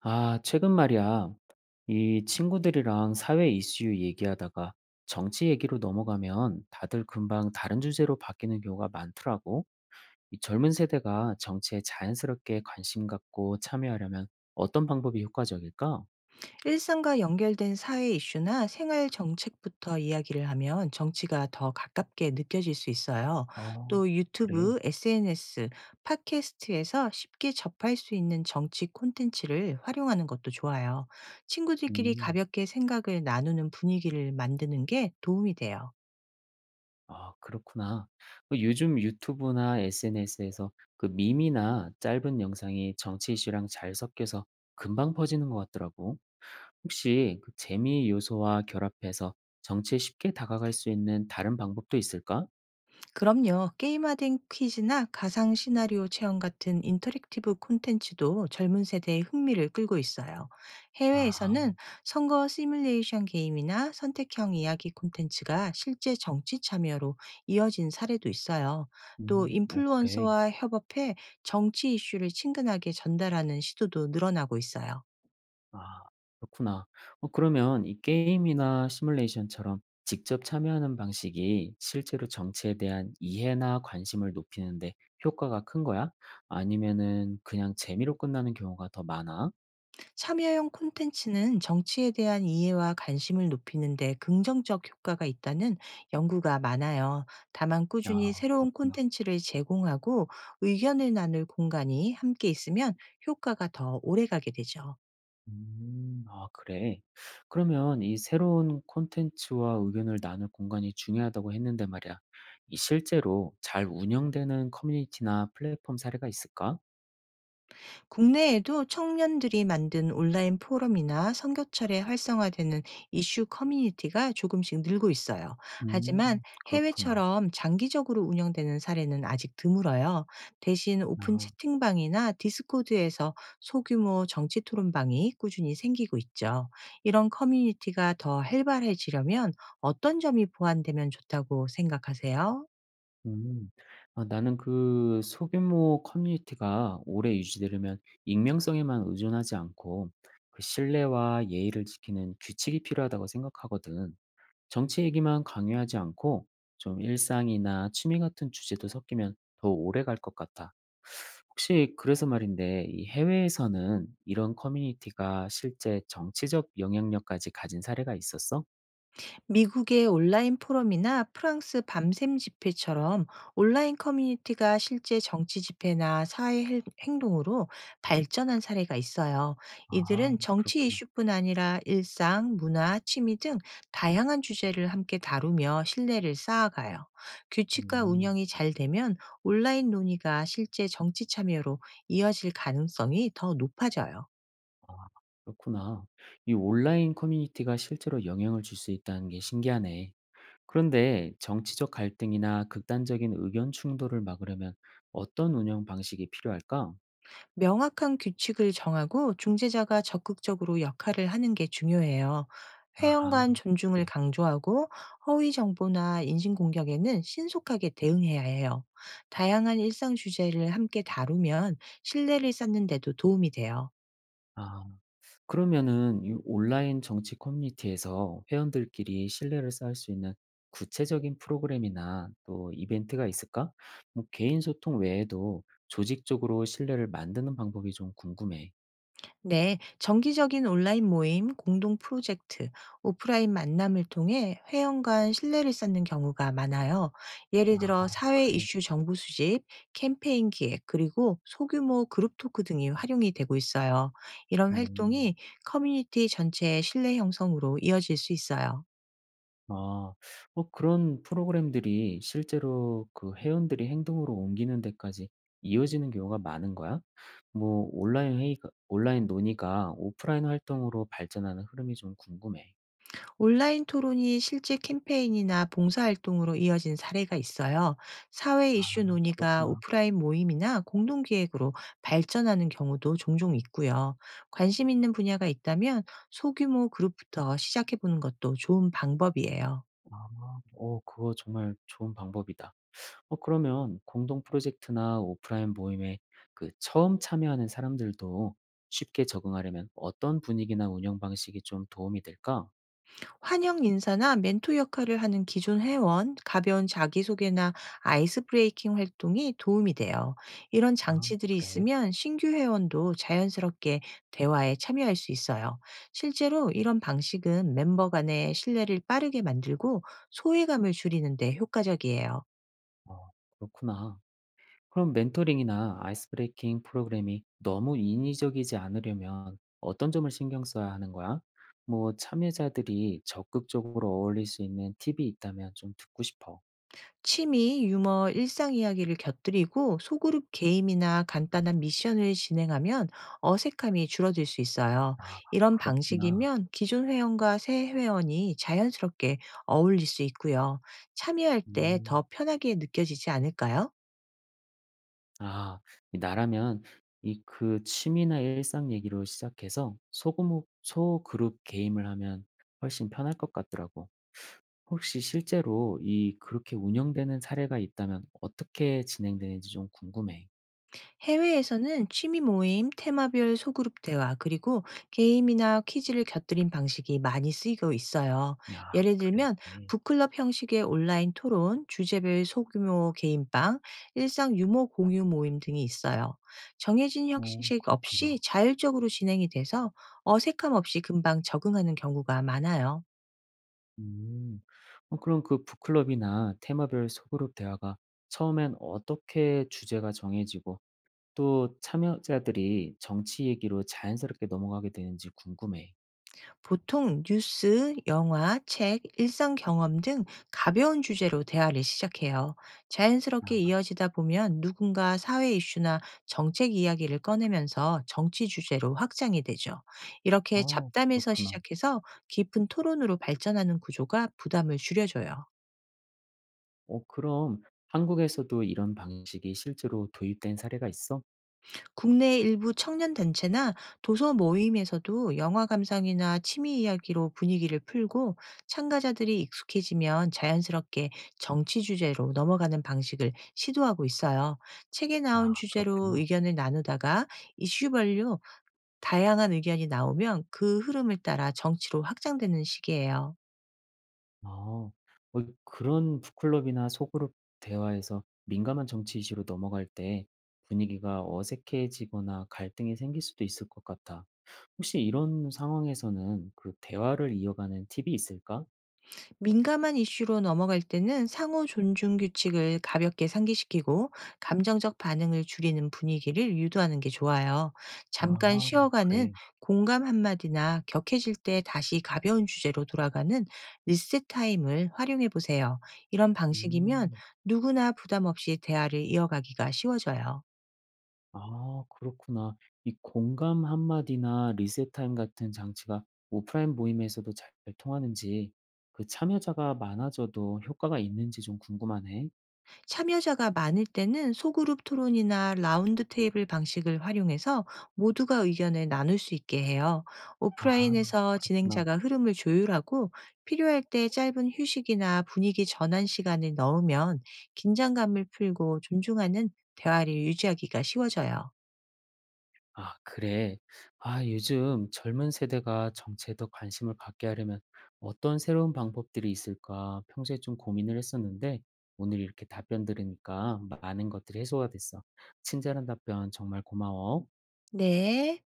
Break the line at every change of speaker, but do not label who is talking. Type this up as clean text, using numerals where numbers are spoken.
아, 최근 말이야. 이 친구들이랑 사회 이슈 얘기하다가 정치 얘기로 넘어가면 다들 금방 다른 주제로 바뀌는 경우가 많더라고. 이 젊은 세대가 정치에 자연스럽게 관심 갖고 참여하려면 어떤 방법이 효과적일까?
일상과 연결된 사회 이슈나 생활 정책부터 이야기를 하면 정치가 더 가깝게 느껴질 수 있어요.
아,
또
그래.
유튜브, SNS, 팟캐스트에서 쉽게 접할 수 있는 정치 콘텐츠를 활용하는 것도 좋아요. 친구들끼리
음.
가볍게 생각을 나누는 분위기를 만드는 게 도움이 돼요.
아, 그렇구나. 그 요즘 유튜브나 SNS에서 그 밈이나 짧은 영상이 정치 이슈랑 잘 섞여서 금방 퍼지는 것 같더라고. 혹시 그 재미 요소와 결합해서 정치에 쉽게 다가갈 수 있는 다른 방법도 있을까?
그럼요. 게임화된 퀴즈나 가상 시나리오 체험 같은 인터랙티브 콘텐츠도 젊은 세대의 흥미를 끌고 있어요.
아.
해외에서는 선거 시뮬레이션 게임이나 선택형 이야기 콘텐츠가 실제 정치 참여로 이어진 사례도 있어요. 또
음. 어 그래.
인플루언서와 협업해 정치 이슈를 친근하게 전달하는 시도도 늘어나고 있어요.
아 그렇구나. 어 그러면 이 게임이나 시뮬레이션처럼 직접 참여하는 방식이 실제로 정치에 대한 이해나 관심을 높이는 데 효과가 큰 거야? 아니면은 그냥 재미로 끝나는 경우가 더 많아?
참여형 콘텐츠는 정치에 대한 이해와 관심을 높이는 데 긍정적 효과가 있다는 연구가 많아요. 다만 꾸준히
아
새로운
그렇구나.
콘텐츠를 제공하고 의견을 나눌 공간이 함께 있으면 효과가 더 오래 가게 되죠.
음. 아 그래. 그러면 이 새로운 콘텐츠와 의견을 나눌 공간이 중요하다고 했는데 말이야. 이 실제로 잘 운영되는 커뮤니티나 플랫폼 사례가 있을까?
국내에도 청년들이 만든 온라인 포럼이나 선교철에 활성화되는 이슈 커뮤니티가 조금씩 늘고 있어요.
음.
하지만
그렇구나.
해외처럼 장기적으로 운영되는 사례는 아직 드물어요. 대신 오픈
아.
채팅방이나 디스코드에서 소규모 정치 토론방이 꾸준히 생기고 있죠. 이런 커뮤니티가 더 활발해지려면 어떤 점이 보완되면 좋다고 생각하세요?
음. 아 나는 그 소규모 커뮤니티가 오래 유지되려면 익명성에만 의존하지 않고 그 신뢰와 예의를 지키는 규칙이 필요하다고 생각하거든. 정치 얘기만 강요하지 않고 좀 일상이나 취미 같은 주제도 섞이면 더 오래 갈 것 같아. 혹시 그래서 말인데 이 해외에서는 이런 커뮤니티가 실제 정치적 영향력까지 가진 사례가 있었어?
미국의 온라인 포럼이나 프랑스 밤샘 집회처럼 온라인 커뮤니티가 실제 정치 집회나 사회 행동으로 발전한 사례가 있어요.
아,
이들은 정치
그렇구나.
이슈뿐 아니라 일상, 문화, 취미 등 다양한 주제를 함께 다루며 신뢰를 쌓아가요. 규칙과
음,
운영이 잘 되면 온라인 논의가 실제 정치 참여로 이어질 가능성이 더 높아져요.
아, 그렇구나. 이 온라인 커뮤니티가 실제로 영향을 줄 수 있다는 게 신기하네. 그런데 정치적 갈등이나 극단적인 의견 충돌을 막으려면 어떤 운영 방식이 필요할까?
명확한 규칙을 정하고 중재자가 적극적으로 역할을 하는 게 중요해요. 회원
아하,
간 존중을
그래.
강조하고 허위 정보나 인신공격에는 신속하게 대응해야 해요. 다양한 일상 주제를 함께 다루면 신뢰를 쌓는 데도 도움이 돼요.
아 그러면은 이 온라인 정치 커뮤니티에서 회원들끼리 신뢰를 쌓을 수 있는 구체적인 프로그램이나 또 이벤트가 있을까? 뭐 개인 소통 외에도 조직적으로 신뢰를 만드는 방법이 좀 궁금해.
네, 정기적인 온라인 모임, 공동 프로젝트, 오프라인 만남을 통해 회원 간 신뢰를 쌓는 경우가 많아요. 예를
아
들어 사회
그래?
이슈 정보 수집, 캠페인 기획, 그리고 소규모 그룹 토크 등이 활용이 되고 있어요. 이런
음.
활동이 커뮤니티 전체의 신뢰 형성으로 이어질 수 있어요.
아. 어 그런 프로그램들이 실제로 그 회원들이 행동으로 옮기는 데까지 이어지는 경우가 많은 거야? 뭐 온라인 논의가 오프라인 활동으로 발전하는 흐름이 좀 궁금해.
온라인 토론이 실제 캠페인이나 봉사활동으로 이어진 사례가 있어요. 사회
아
이슈 논의가
그렇구나.
오프라인 모임이나 공동기획으로 발전하는 경우도 종종 있고요. 관심 있는 분야가 있다면 소규모 그룹부터 시작해보는 것도 좋은 방법이에요.
아 어 그거 정말 좋은 방법이다. 어 그러면 공동 프로젝트나 오프라인 모임에 그 처음 참여하는 사람들도 쉽게 적응하려면 어떤 분위기나 운영 방식이 좀 도움이 될까?
환영 인사나 멘토 역할을 하는 기존 회원, 가벼운 자기소개나 아이스 브레이킹 활동이 도움이 돼요. 이런
아
장치들이
그래.
있으면 신규 회원도 자연스럽게 대화에 참여할 수 있어요. 실제로 이런 방식은 멤버 간의 신뢰를 빠르게 만들고 소외감을 줄이는데 효과적이에요.
어 그렇구나. 그럼 멘토링이나 아이스 브레이킹 프로그램이 너무 인위적이지 않으려면 어떤 점을 신경 써야 하는 거야? 뭐 참여자들이 적극적으로 어울릴 수 있는 팁이 있다면 좀 듣고 싶어.
취미, 유머, 일상 이야기를 곁들이고 소그룹 게임이나 간단한 미션을 진행하면 어색함이 줄어들 수 있어요.
아
이런
그렇구나.
방식이면 기존 회원과 새 회원이 자연스럽게 어울릴 수 있고요. 참여할 때 더
음.
편하게 느껴지지 않을까요?
아. 이 나라면 이 그 취미나 일상 얘기로 시작해서 소그룹 게임을 하면 훨씬 편할 것 같더라고. 혹시 실제로 이 그렇게 운영되는 사례가 있다면 어떻게 진행되는지 좀 궁금해.
해외에서는 취미 모임, 테마별 소그룹 대화, 그리고 게임이나 퀴즈를 곁들인 방식이 많이 쓰이고 있어요.
아
예를
그래.
들면 북클럽 형식의 온라인 토론, 주제별 소규모 개인방, 일상 유머 공유 모임 등이 있어요. 정해진
어
형식
그렇구나.
없이 자율적으로 진행이 돼서 어색함 없이 금방 적응하는 경우가 많아요.
음. 어 그럼 그 북클럽이나 테마별 소그룹 대화가 처음엔 어떻게 주제가 정해지고 또 참여자들이 정치 얘기로 자연스럽게 넘어가게 되는지 궁금해.
보통 뉴스, 영화, 책, 일상 경험 등 가벼운 주제로 대화를 시작해요. 자연스럽게
아,
이어지다 보면 누군가 사회 이슈나 정책 이야기를 꺼내면서 정치 주제로 확장이 되죠. 이렇게
어,
잡담에서
그렇구나.
시작해서 깊은 토론으로 발전하는 구조가 부담을 줄여줘요.
어, 그럼 한국에서도 이런 방식이 실제로 도입된 사례가 있어?
국내 일부 청년 단체나 도서 모임에서도 영화 감상이나 취미 이야기로 분위기를 풀고 참가자들이 익숙해지면 자연스럽게 정치 주제로 넘어가는 방식을 시도하고 있어요. 책에 나온
아,
주제로
그렇구나.
의견을 나누다가 이슈별로 다양한 의견이 나오면 그 흐름을 따라 정치로 확장되는 시기예요.
아, 어, 그런 북클럽이나 소그룹 대화에서 민감한 정치 이슈로 넘어갈 때 분위기가 어색해지거나 갈등이 생길 수도 있을 것 같아. 혹시 이런 상황에서는 그 대화를 이어가는 팁이 있을까?
민감한 이슈로 넘어갈 때는 상호 존중 규칙을 가볍게 상기시키고 감정적 반응을 줄이는 분위기를 유도하는 게 좋아요.
아,
잠깐 쉬어가는
그래.
공감 한마디나 격해질 때 다시 가벼운 주제로 돌아가는 리셋 타임을 활용해 보세요. 이런 방식이면
음.
누구나 부담 없이 대화를 이어가기가 쉬워져요.
아 그렇구나. 이 공감 한마디나 리셋 타임 같은 장치가 오프라인 모임에서도 잘 통하는지 그 참여자가 많아져도 효과가 있는지 좀 궁금하네.
참여자가 많을 때는 소그룹 토론이나 라운드 테이블 방식을 활용해서 모두가 의견을 나눌 수 있게 해요.
아
오프라인에서
그렇구나.
진행자가 흐름을 조율하고 필요할 때 짧은 휴식이나 분위기 전환 시간을 넣으면 긴장감을 풀고 존중하는 대화를 유지하기가 쉬워져요.
아 그래. 아 요즘 젊은 세대가 정치에 더 관심을 갖게 하려면 어떤 새로운 방법들이 있을까 평소에 좀 고민을 했었는데 오늘 이렇게 답변 들으니까 많은 것들이 해소가 됐어. 친절한 답변 정말 고마워.
네.